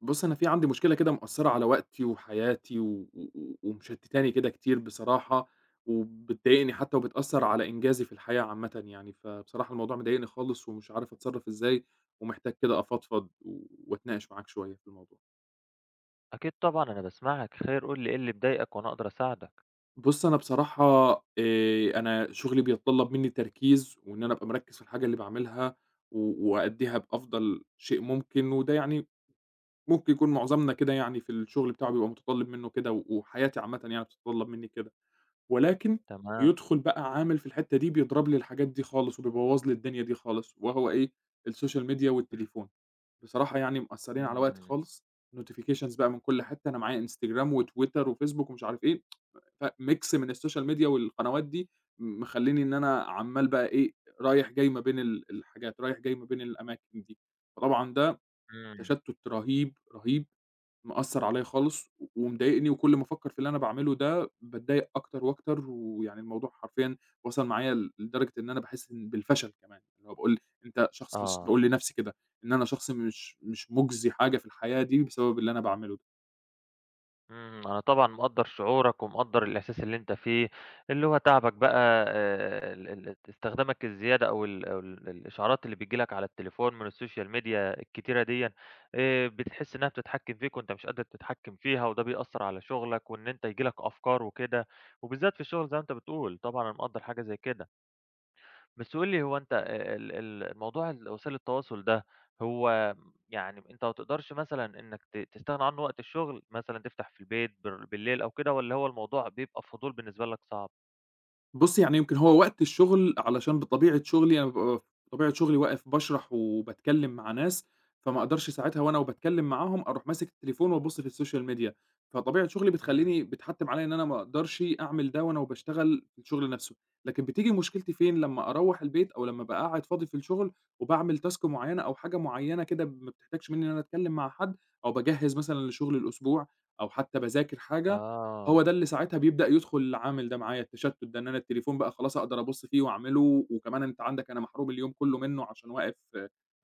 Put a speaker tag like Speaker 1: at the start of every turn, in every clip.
Speaker 1: بُص، أنا في عندي مشكلة كده مأثّرة على وقتي وحياتي و و ومشتتاني كده كتير بصراحة، وبتضايقني حتى وبتأثّر على إنجازي في الحياة عامةً يعني، فبصراحة الموضوع مضايقني خالص ومش عارف أتصرّف إزاي، ومحتاج كده أفضفض وأتناقش معاك شوية في الموضوع.
Speaker 2: أكيد طبعًا، أنا باسمعك، خير قُل لي إيه اللي مضايقك وأنا أقدر أساعدك.
Speaker 1: بُص، أنا بصراحة أنا شغلي بيتطلّب منّي تركيز وإن أنا أبقى مركّز في الحاجة اللي باعملها وأأدّيها بأفضل شيء ممكن، وده يعني ممكن يكون معظمنا كده يعني في الشغل بتاعه بيبقى متطلّب منّه كده وحياتي عامةً يعني بتتطلّب منّي كده. ولكن
Speaker 2: تمام.
Speaker 1: بيدخل بقى عامل في الحتّة دي بيضرب لي الحاجات دي خالص، وبيبوّظ لي الدنيا دي خالص، وهو إيه، السوشيال ميديا والتليفون، بصراحة يعني مأثّرين على وقتي
Speaker 2: إمم.
Speaker 1: خالص. Notifications بقى من كل حتّة، أنا معايا إنستجرام وتويتر وفيسبوك ومش عارف إيه، فmix من السوشيال ميديا والقنوات دي مخلّيني إن أنا عمّال بقى إيه، رايح جاي ما بين الحاجات، رايح جاي ما بين الأماكن دي، فطبعًا ده
Speaker 2: إمم.
Speaker 1: تشتُّت رهيب، رهيب. مأثّر عليّا خالص ومضايقني وكل ما أفكّر في اللي أنا باعمله ده باتضايق أكتر وأكتر، ويعني الموضوع حرفيًا وصل معايا لدرجة إن أنا باحس إن بالفشل كمان، اللي هو باقول أنت شخص مش
Speaker 2: آه.
Speaker 1: باقول لنَفْسي كده، إن أنا شخص مش مُجزي حاجة في الحياة دي بسبب اللي أنا باعمله ده.
Speaker 2: إمم. أنا طبعًا مقدّر شعورك ومقدّر الإحساس اللي أنت فيه، اللي هو تعبك بقى ال ال استخدامك الزيادة أو ال أو ال الإشعارات اللي بتيجي لك على التليفون من السوشيال ميديا الكتيرة ديًا، بتحس إنها بتتحكم فيك وأنت مش قادر تتحكم فيها، وده بيأثّر على شغلك وإن أنت ييجي لك أفكار وكده، وبالذات في الشغل زي ما أنت بتقول، طبعًا أنا مقدّر حاجة زي كده. بس قُل لي هو أنت ال ال الموضوع وسائل التواصل ده، هو يعني أنت ما تقدرش مثلًا إنّك تستغنى عنّه وقت الشغل، مثلًا تفتح في البيت بالليل أو كده والّا هو الموضوع بيبقى فضول بالنسبة لك صعب؟
Speaker 1: بُصّي، يعني يمكن هو وقت الشغل علشان بطبيعة شغلي واقف باشرح وباتكلّم مع ناس، فما أقدرش ساعتها وأنا وباتكلّم معاهم أروح ماسك التليفون وأبُص في السوشيال ميديا، فطبيعة شغلي
Speaker 2: إمم.
Speaker 1: بتخلّيني بتحتّم عليّا إن أنا ما أقدرش أعمل ده وأنا وباشتغل في الشغل نَفْسه، لكن بتيجي مشكلتي فين، لمّا أروّح البيت أو لمّا أبقى قاعد فاضي في الشغل وباعمل task معيّنة أو حاجة معيّنة كده ما بتحتاجش منّي إن أنا أتكلّم مع حد أو باجهّز مثلًا لشغل الأسبوع أو حتى باذاكر حاجة،
Speaker 2: آه.
Speaker 1: هو ده اللي ساعتها بيبدأ يدخل العامل ده معايا، التشتُّت ده، إن أنا التليفون بقى خلاص أقدر أبُص فيه وأعمله، وكمان أنت عندك أنا محروم اليوم كُلّه منّه عشان واقف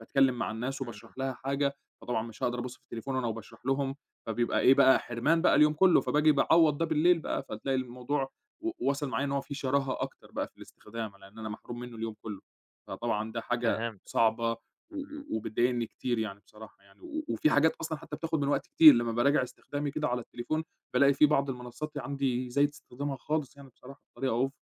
Speaker 1: باتكلّم مع الناس
Speaker 2: إمم.
Speaker 1: وباشرح لها حاجة، فطبعًا مش هاقدر أبُص في التليفون وأنا وباشرح لهم، فبيبقى إيه بقى، حرمان بقى اليوم كُلّه، فباجي باعوّض ده بالليل بقى، فتلاقي الموضوع واصل معايا إن هو في شراهة أكتر بقى في الاستخدام، لإن أنا محروم منّه اليوم كُلّه، فطبعًا ده حاجة
Speaker 2: فهمت.
Speaker 1: صعبة و
Speaker 2: إمم.
Speaker 1: و وبتضايقني كتير يعني بصراحة يعني، وفي حاجات أصلًا حتى بتاخُد من وقت كتير، لمّا باراجع استخدامي كده على التليفون بالاقي في بعض المنصّات يعني عندي زايد استخدامها خالص يعني بصراحة بطريقة أوفر.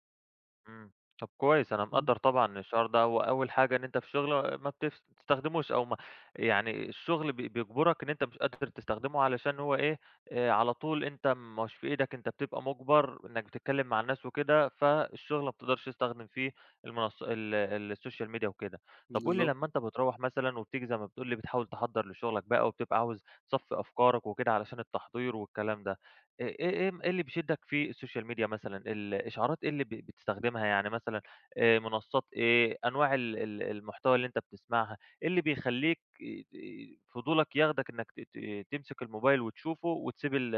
Speaker 2: إمم. طب كويس، أنا
Speaker 1: إمم،
Speaker 2: مقدّر طبعًا الشعور ده، هو أول حاجة إن أنت في شغل ما بتستخدموش أو ما يعني الشغل بيجبرك إن أنت مش قادر تستخدمه علشان هو إيه، على طول أنت ما هوش في إيدك، أنت بتبقى مُجبر إنّك بتتكلّم مع الناس وكده، فالشغل ما بتقدرش تستخدم فيه السوشيال ميديا وكده. طب قُل لي
Speaker 1: بالضبط.
Speaker 2: لمّا أنت بتروّح مثلًا وبتيجي زي ما بتقول لي بتحاول تحضّر لشغلك بقى وبتبقى عاوز تصفّي أفكارك وكده علشان التحضير والكلام ده، إ إيه إيه م إيه اللي بيشدك في السوشيال ميديا مثلًا، الإشعارات إيه اللي بتستخدمها، يعني مثلًا منصات إيه، أنواع ال ال المحتوى اللي أنت بتسمعها، إيه اللي بيخلّيك فضولك ياخدك إنك ت ت تمسك الموبايل وتشوفه وتسيب ال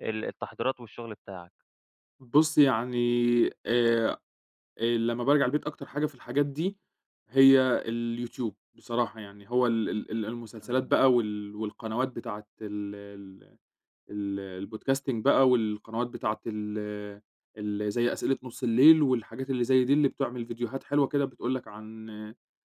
Speaker 2: ال التحضيرات والشغل بتاعك؟
Speaker 1: بُص يعني آآ، لمّا بارجع البيت أكتر حاجة في الحاجات دي هي اليوتيوب بصراحة يعني، هو ال ال ال المسلسلات
Speaker 2: إمم.
Speaker 1: بقى والقنوات بتاعة ال ال ال الpodcasting بقى والقنوات بتاعة ال ال زي أسئلة نُص الليل والحاجات اللي زي دي، اللي بتعمل فيديوهات حلوة كده بتقول لك عن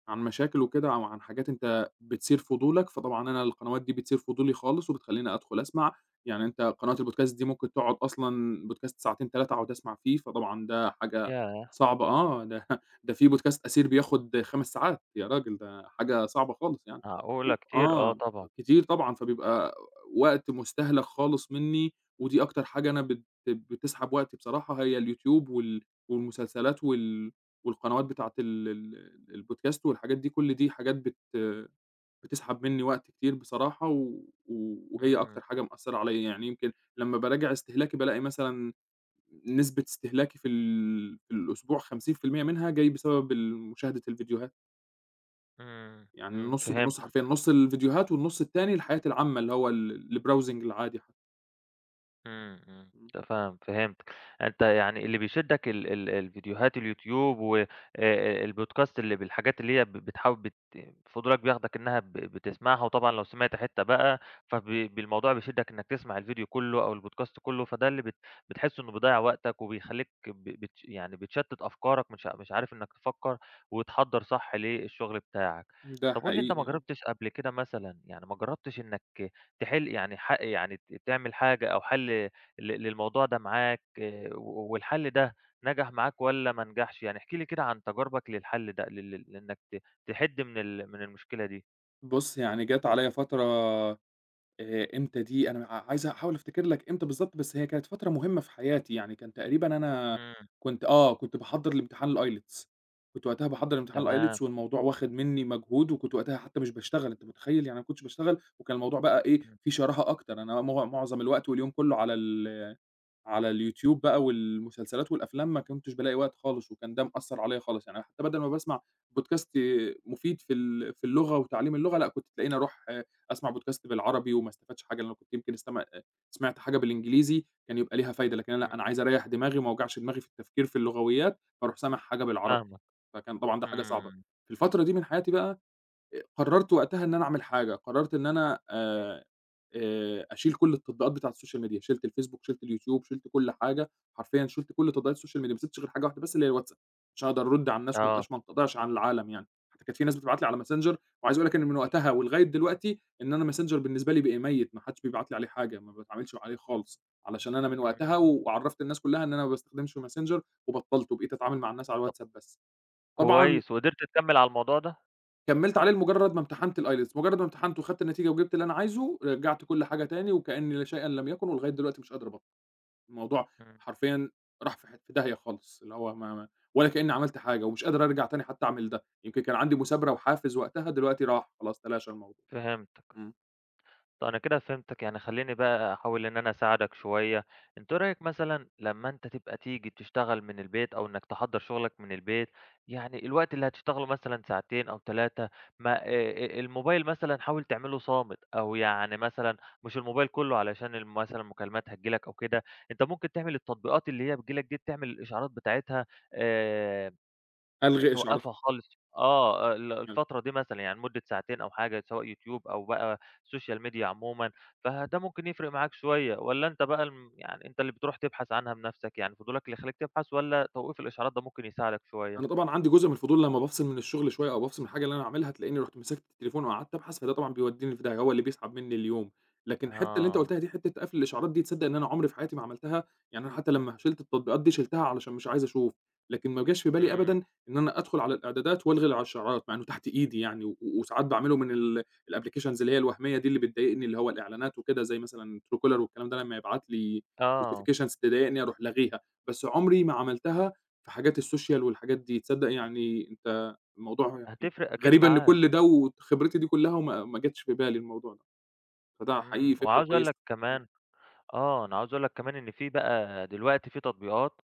Speaker 1: عن مشاكل وكده أو عن حاجات أنت بتثير فضولك، فطبعًا أنا القنوات دي بتثير فضولي خالص وبتخلّيني أدخل أسمع، يعني أنت قناة الpodcast دي ممكن تقعد أصلًا podcast ساعتين 3 أقعد أسمع فيه، فطبعًا ده حاجة
Speaker 2: ياه!
Speaker 1: صعبة آه، ده ده في podcast أثير بياخد 5 ساعات، يا راجل ده حاجة صعبة خالص يعني. و
Speaker 2: معقولة كتير، آه
Speaker 1: آه،
Speaker 2: طبعًا.
Speaker 1: كتير طبعًا، فبيبقى وقت مستهلك خالص منّي، ودي أكتر حاجة أنا بتسحب وقتي بصراحة هي اليوتيوب والمسلسلات والقنوات بتاعة ال الPodcast والحاجات دي، كل دي حاجات بتسحب منّي وقت كتير بصراحة، وهي
Speaker 2: إمم.
Speaker 1: أكتر حاجة مأثّرة عليّا، يعني يمكن لمّا باراجع استهلاكي بالاقي مثلًا نسبة استهلاكي في في الأسبوع 50% منها جاي بسبب مشاهدة الفيديوهات،
Speaker 2: إمم.
Speaker 1: يعني
Speaker 2: إمم.
Speaker 1: النُص بالنُص حرفيًا،
Speaker 2: فهمتك.
Speaker 1: نُص الفيديوهات والنُص التاني الحياة العامة اللي هو الbrowsing العادي حتى.
Speaker 2: إمم. إمم. فهمتك، أنت يعني اللي بيشدك ال ال الفيديوهات اليوتيوب و البودكاست اللي بالحاجات اللي هي بتحاول فضولك بياخدك إنها بتسمعها، وطبعًا لو سمعت حتة بقى فب بالموضوع بيشدك إنك تسمع الفيديو كله أو البودكاست كله، فده اللي بتحس إنه بيضيّع وقتك وبيخلّيك ب بت يعني بتشتت أفكارك مش عارف إنك تفكّر وتحضّر صح للشغل بتاعك.
Speaker 1: ده
Speaker 2: طب قُل لي أنت
Speaker 1: حقيقي
Speaker 2: ما
Speaker 1: آه.
Speaker 2: جرّبتش قبل كده مثلًا يعني ما جرّبتش إنك تحل يعني ح يعني ت تعمل حاجة أو حل للموضوع ده معاك آه، والحل ده نجح معاك والّا ما نجحش؟ يعني احكِ لي كده عن تجاربك للحل ده لل لل لإنك تحِد من المشكلة دي.
Speaker 1: بُص، يعني جات عليّا فترة إمتى دي؟ أنا عايز أحاول أفتكر لك إمتى بالضبط، بس هي كانت فترة مهمة في حياتي، يعني كان تقريبًا أنا
Speaker 2: إمم.
Speaker 1: كنت باحضّر لامتحان الIELTS. كنت وقتها باحضّر امتحان
Speaker 2: تمام.
Speaker 1: الIELTS والموضوع واخِد منّي مجهود وكنت وقتها حتى مش باشتغل، أنت متخيّل؟ يعني ما كنتش باشتغل وكان الموضوع بقى إيه،
Speaker 2: إمم.
Speaker 1: فيه شراهة أكتر، أنا مع معظم الوقت واليوم كُلّه على ال على اليوتيوب بقى والمسلسلات والأفلام ما كنتش بالاقي وقت خالص، وكان ده مأثّر عليَّ خالص، يعني حتى بدل ما باسمع بودكاست مفيد في في اللغة وتعليم اللغة، لأ كنت تلاقيني أروح أسمع بودكاست بالعربي وما استفادش حاجة، لأن كنت يمكن استمع آه، سمعت حاجة بالإنجليزي كان يبقى ليها فايدة، لكن أنا لأ، أنا
Speaker 2: إمم.
Speaker 1: عايز أريّح دماغي وما اوجعش دماغي في التفكير في اللغويات، فاروح سامع حاجة بالعربي،
Speaker 2: فاهمك.
Speaker 1: فكان طبعًا ده حاجة صعبة.
Speaker 2: إمم.
Speaker 1: في الفترة دي من حياتي بقى قررت وقتها إن أنا أعمل حاجة، قررت إن أنا أشيل كل التطبيقات بتاعة السوشيال ميديا، شِلت الفيسبوك، شِلت اليوتيوب، شِلت كل حاجة، حرفيًا شِلت كل تطبيقات السوشيال ميديا، ما سِبتش غير حاجة واحدة بس اللي هي الواتساب، عشان أقدر أرُد على الناس وما
Speaker 2: آه.
Speaker 1: ابقاش ما انقطعش عن العالم يعني، حتى كانت في ناس بتبعت لي على ماسنجر، وعايز أقول لك إن من وقتها ولغاية دلوقتي إن أنا ماسنجر بالنسبة لي بقى ميت، ما حدش بيبعت لي عليه حاجة، ما باتعاملش عليه خالص، علشان أنا من
Speaker 2: إمم.
Speaker 1: وقتها وعرّفت الناس كلها إن أنا ما باستخدمش ماسنجر وبطّلته، بقيت أتعامل مع الناس على
Speaker 2: طب
Speaker 1: الواتساب بس. طبعًا
Speaker 2: كويس وقدرت تكمّل على الموضوع ده؟
Speaker 1: كمّلت عليه لمجرّد ما امتحنت الIELTS، مجرّد ما امتحنته وخدت النتيجة وجِبت اللي أنا عايزه، رجّعت كل حاجة تاني وكأن لا شيئًا لم يكن ولغاية دلوقتي مش قادر أبطّل، الموضوع
Speaker 2: إمم.
Speaker 1: حرفيًا راح في في داهية خالص، اللي هو ما ما ولا كإنّي عملت حاجة ومش قادر أرجع تاني حتّى أعمل ده، يمكن كان عندي مثابرة وحافز وقتها، دلوقتي راح خلاص تلاشى الموضوع.
Speaker 2: فهمت.
Speaker 1: إمم.
Speaker 2: طب أنا كده فهمتك، يعني خلّيني بقى أحاول إن أنا أساعدك شوية، أنت إيه رأيك مثلًا لمّا أنت تبقى تيجي تشتغل من البيت أو إنك تحضّر شغلك من البيت، يعني الوقت اللي هتشتغله مثلًا ساعتين أو 3 ما الموبايل مثلًا حاول تعمله صامت، أو يعني مثلًا مش الموبايل كلّه علشان مثلًا المكالمات هتيجي لك أو كده، أنت ممكن تعمل التطبيقات اللي هي بتيجي لك دي، تعمل الإشعارات بتاعتها آآ
Speaker 1: ألغي إشعارات.
Speaker 2: توقّفها خالص. آه، آه، الفترة دي مثلًا يعني مدة ساعتين أو حاجة سواء يوتيوب أو بقى social media عمومًا، فده ممكن يفرق معاك شوية، والّا أنت بقى يعني أنت اللي بتروح تبحث عنها بنفسك، يعني فضولك اللي يخلّيك تبحث والّا توقيف الإشعارات ده ممكن يساعدك شوية؟
Speaker 1: أنا طبعًا عندي جزء من الفضول لمّا بافصل من الشغل شوية أو بافصل من الحاجة اللي أنا عاملها، تلاقيني رُحت مسكت التليفون وقعدت أبحث، فده طبعًا بيودّيني في داهية، هو اللي بيسحب منّي اليوم. لكن الحتّة اللي أنت
Speaker 2: آه.
Speaker 1: قُلتها دي، حتّة قفل الإشعارات دي، تصدّق إن أنا عمري في حياتي ما عملتها؟ يعني أنا حتّى لمّا شِلت التطبيقات دي، شِلتها علشان مش عايز أشوف، لكن ما جاش في بالي أبدًا
Speaker 2: إمم.
Speaker 1: إن أنا أدخل على الإعدادات وألغي الإشعارات، مع إنه تحت إيدي يعني، وساعات باعمله من الapplications اللي هي الوهمية دي اللي بتضايقني، اللي هو الإعلانات وكده، زي مثلًا truecaller والكلام ده، لمّا يبعت لي
Speaker 2: آه.
Speaker 1: notifications تضايقني أروح لاغيها، بس عمري ما عملتها في حاجات السوشيال والحاجات دي، تصدّق يعني أنت الموضوع يعني
Speaker 2: هتفرق أكيد
Speaker 1: غريبة إن
Speaker 2: معاك.
Speaker 1: كل ده وخبرتي دي كلّها وما ما جاتش في بالي الموضوع ده، فده
Speaker 2: إمم.
Speaker 1: حقيقي فكرة
Speaker 2: وعاوز أقول
Speaker 1: كويسة.
Speaker 2: لك
Speaker 1: إمم.
Speaker 2: كمان آه، أنا عاوز أقول لك كمان إن في بقى دلوقتي في تطبيقات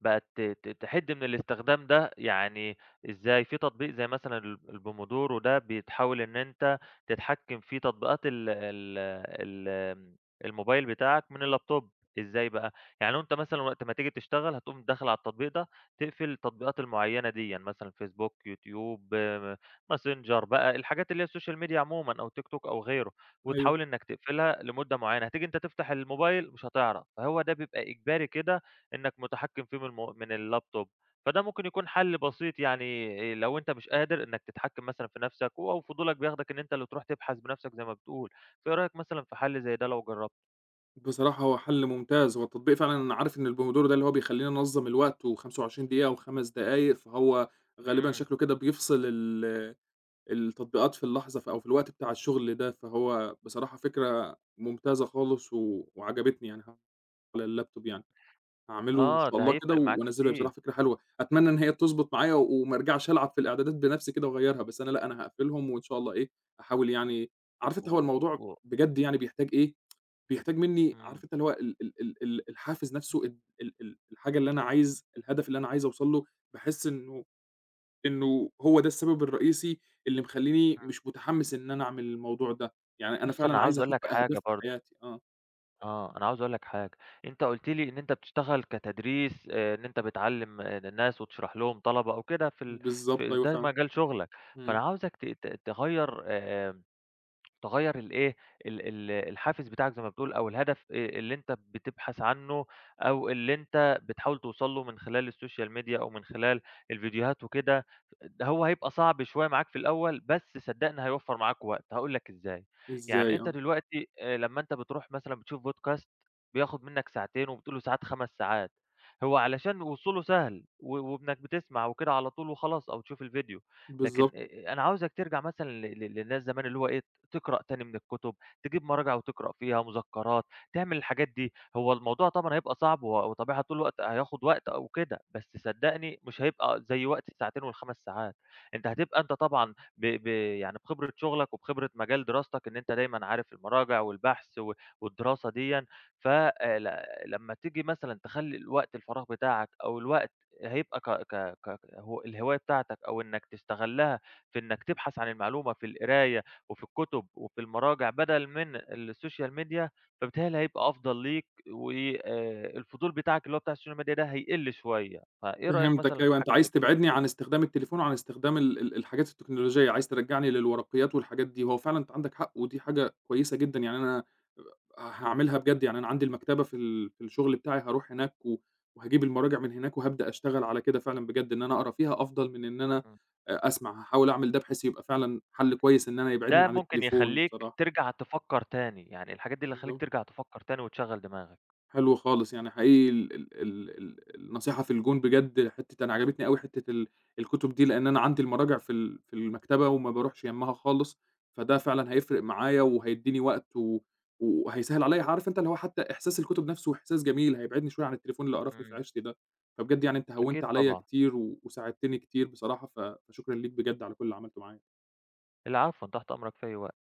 Speaker 2: بقت ت ت تحِد من الاستخدام ده، يعني إزاي؟ في تطبيق زي مثلًا الPomodoro ده بتحاول إن أنت تتحكّم في تطبيقات ال ال ال آمم، الموبايل بتاعك من اللابتوب، إزاي بقى؟ يعني لو أنت مثلًا وقت ما تيجي تشتغل هتقوم داخل على التطبيق ده، تقفل التطبيقات المعيّنة ديًا، مثلًا فيسبوك، يوتيوب، Messenger بقى، الحاجات اللي هي السوشيال ميديا عمومًا أو تيك توك أو غيره،
Speaker 1: أيوه،
Speaker 2: وتحاول إنّك تقفلها لمدة معيّنة، هتيجي أنت تفتح الموبايل مش هتعرف، فهو ده بيبقى إجباري كده إنّك متحكّم فيه من الم من اللابتوب، فده ممكن يكون حل بسيط يعني لو أنت مش قادر إنّك تتحكّم مثلًا في نَفْسك أو فضولك بياخدك إن أنت اللي تروح تبحث بنَفْسك زي ما بتقول، فإيه رأيك مثلًا في حل زي ده لو جرّبته؟
Speaker 1: بصراحة هو حل ممتاز، هو التطبيق فعلًا أنا عارف إن البومودورو ده اللي هو بيخلّيني أنظّم الوقت و25 دقيقة و5 دقايق، فهو غالبًا
Speaker 2: إمم.
Speaker 1: شكله كده بيفصل التطبيقات في اللحظة أو في الوقت بتاع الشغل ده، فهو بصراحة فكرة ممتازة خالص وعجبتني يعني على اللابتوب يعني. هاعمله إن
Speaker 2: آه.
Speaker 1: شاء
Speaker 2: ده
Speaker 1: الله كده
Speaker 2: هيفرق معاك
Speaker 1: وأنزّله، هي
Speaker 2: كتير
Speaker 1: بصراحة فكرة حلوة، أتمنى إن هي تضبط معايا وما أرجعش ألعب في الإعدادات بنفسي كده وأغيّرها، بس أنا لأ، أنا هاقفلهم وإن شاء الله إيه، أحاول يعني. عارف
Speaker 2: و
Speaker 1: أنت هو الموضوع
Speaker 2: و
Speaker 1: بجد يعني بيحتاج إيه، بيحتاج منّي
Speaker 2: إمم.
Speaker 1: عارف أنت اللي هو ال ال ال ال الحافز نفسه ال ال ال الحاجة اللي أنا عايز الهدف اللي أنا عايز أوصل له، باحس إنه هو ده السبب الرئيسي اللي مخلّيني
Speaker 2: إمم.
Speaker 1: مش متحمّس إن أنا أعمل الموضوع ده، يعني أنا
Speaker 2: بُص أنا
Speaker 1: فعلًا
Speaker 2: عاوز
Speaker 1: عايز
Speaker 2: أقول لك
Speaker 1: أحُط
Speaker 2: حاجة
Speaker 1: أهداف في
Speaker 2: برضه،
Speaker 1: حياتي. آه،
Speaker 2: آه، أنا عاوز أقول لك حاجة، أنت قُلت لي إن أنت بتشتغل كتدريس إن أنت بتعلّم آه، الناس وتشرح لهم طلبة أو كده في ال
Speaker 1: بالضبط
Speaker 2: في
Speaker 1: أيوه
Speaker 2: ده
Speaker 1: فعلًا.
Speaker 2: مجال شغلك،
Speaker 1: إمم.
Speaker 2: فأنا عاوزك ت ت تغيّر تغيّر الإيه، ال ال الحافز بتاعك زي ما بتقول أو الهدف اللي أنت بتبحث عنّه أو اللي أنت بتحاول توصل له من خلال السوشيال ميديا أو من خلال الفيديوهات وكده، ده هو هيبقى صعب شوية معاك في الأول، بس صدّقني هيوفّر معاك وقت، هاقول لك إزاي. يعني
Speaker 1: إزاي؟
Speaker 2: أنت
Speaker 1: آه،
Speaker 2: دلوقتي لمّا أنت بتروح مثلًا بتشوف بودكاست بياخد منّك ساعتين وبتقول له ساعات 5 ساعات، هو علشان وصوله سهل وإنّك بتسمع وكده على طول وخلاص أو تشوف الفيديو، لكن
Speaker 1: بالضبط.
Speaker 2: أنا عاوزك ترجع مثلًا ل ل للناس زمان اللي هو إيه تقرأ تاني من الكتب، تجيب مراجع وتقرأ فيها، مذكرات، تعمل الحاجات دي. هو الموضوع طبعًا هيبقى صعب وطبيعي طول الوقت هياخد وقت أو كده، بس صدّقني مش هيبقى زي وقت الساعتين وال5 ساعات. أنت هتبقى أنت طبعًا ب ب يعني بخبرة شغلك وبخبرة مجال دراستك إن أنت دايمًا عارف المراجع والبحث والدراسة ديًا، ف ل لمّا تيجي مثلًا تخلّي الوقت الفراغ بتاعك أو الوقت هيبقى ك ك ك هو الهواية بتاعتك أو إنّك تستغلّها في إنّك تبحث عن المعلومة في القراية وفي الكُتب وفي المراجع بدل من السوشيال ميديا، فبيتهيأ لي هيبقى أفضل ليك و الفضول بتاعك اللي هو بتاع السوشيال ميديا ده هيقِل شوية، فإيه رأيك
Speaker 1: فهمتك
Speaker 2: مثلًا في
Speaker 1: أيوه، أنت
Speaker 2: حاجة زي
Speaker 1: عايز
Speaker 2: كده؟
Speaker 1: تبعدني عن استخدام التليفون وعن استخدام ال ال الحاجات التكنولوجية، عايز ترجّعني للورقيات والحاجات دي، هو فعلًا أنت عندك حق ودي حاجة كويسة جدًا، يعني أنا هاعملها بجد، يعني أنا عندي المكتبة في في الشغل بتاعي هاروح هناك وهاجيب المراجع من هناك وهابدأ أشتغل على كده فعلًا بجد، إن أنا أقرا فيها أفضل من إن أنا
Speaker 2: إمم.
Speaker 1: أسمع، هاحاول أعمل ده بحيث يبقى فعلًا حل كويس إن أنا يبعدني
Speaker 2: ده
Speaker 1: عن
Speaker 2: ممكن
Speaker 1: التليفون
Speaker 2: يخلّيك
Speaker 1: بصراحة.
Speaker 2: ترجع تفكّر تاني، يعني الحاجات دي اللي هتخلّيك
Speaker 1: بالضبط.
Speaker 2: ترجع تفكّر تاني وتشغّل دماغك.
Speaker 1: حلو خالص، يعني حقيقي ال ال ال ال النصيحة في الجون بجد، حتّة أنا عجبتني أوي حتّة الكتب دي، لإن أنا عندي المراجع في في المكتبة وما باروحش يمّها خالص، فده فعلًا هيفرق معايا وهيدّيني وقت وهيسهّل عليّا، عارف أنت اللي هو حتّى إحساس الكتب نَفْسه إحساس جميل، هيبعدني شوية عن التليفون اللي قرفني في
Speaker 2: إمم.
Speaker 1: عيشتي ده، فبجد يعني أنت
Speaker 2: أكيد
Speaker 1: هوّنت عليّا
Speaker 2: طبعًا.
Speaker 1: كتير وساعدتني كتير بصراحة، فشكرًا ليك بجد على كل اللي عملته معايا.
Speaker 2: العفو، أنا تحت أمرك في أي وقت.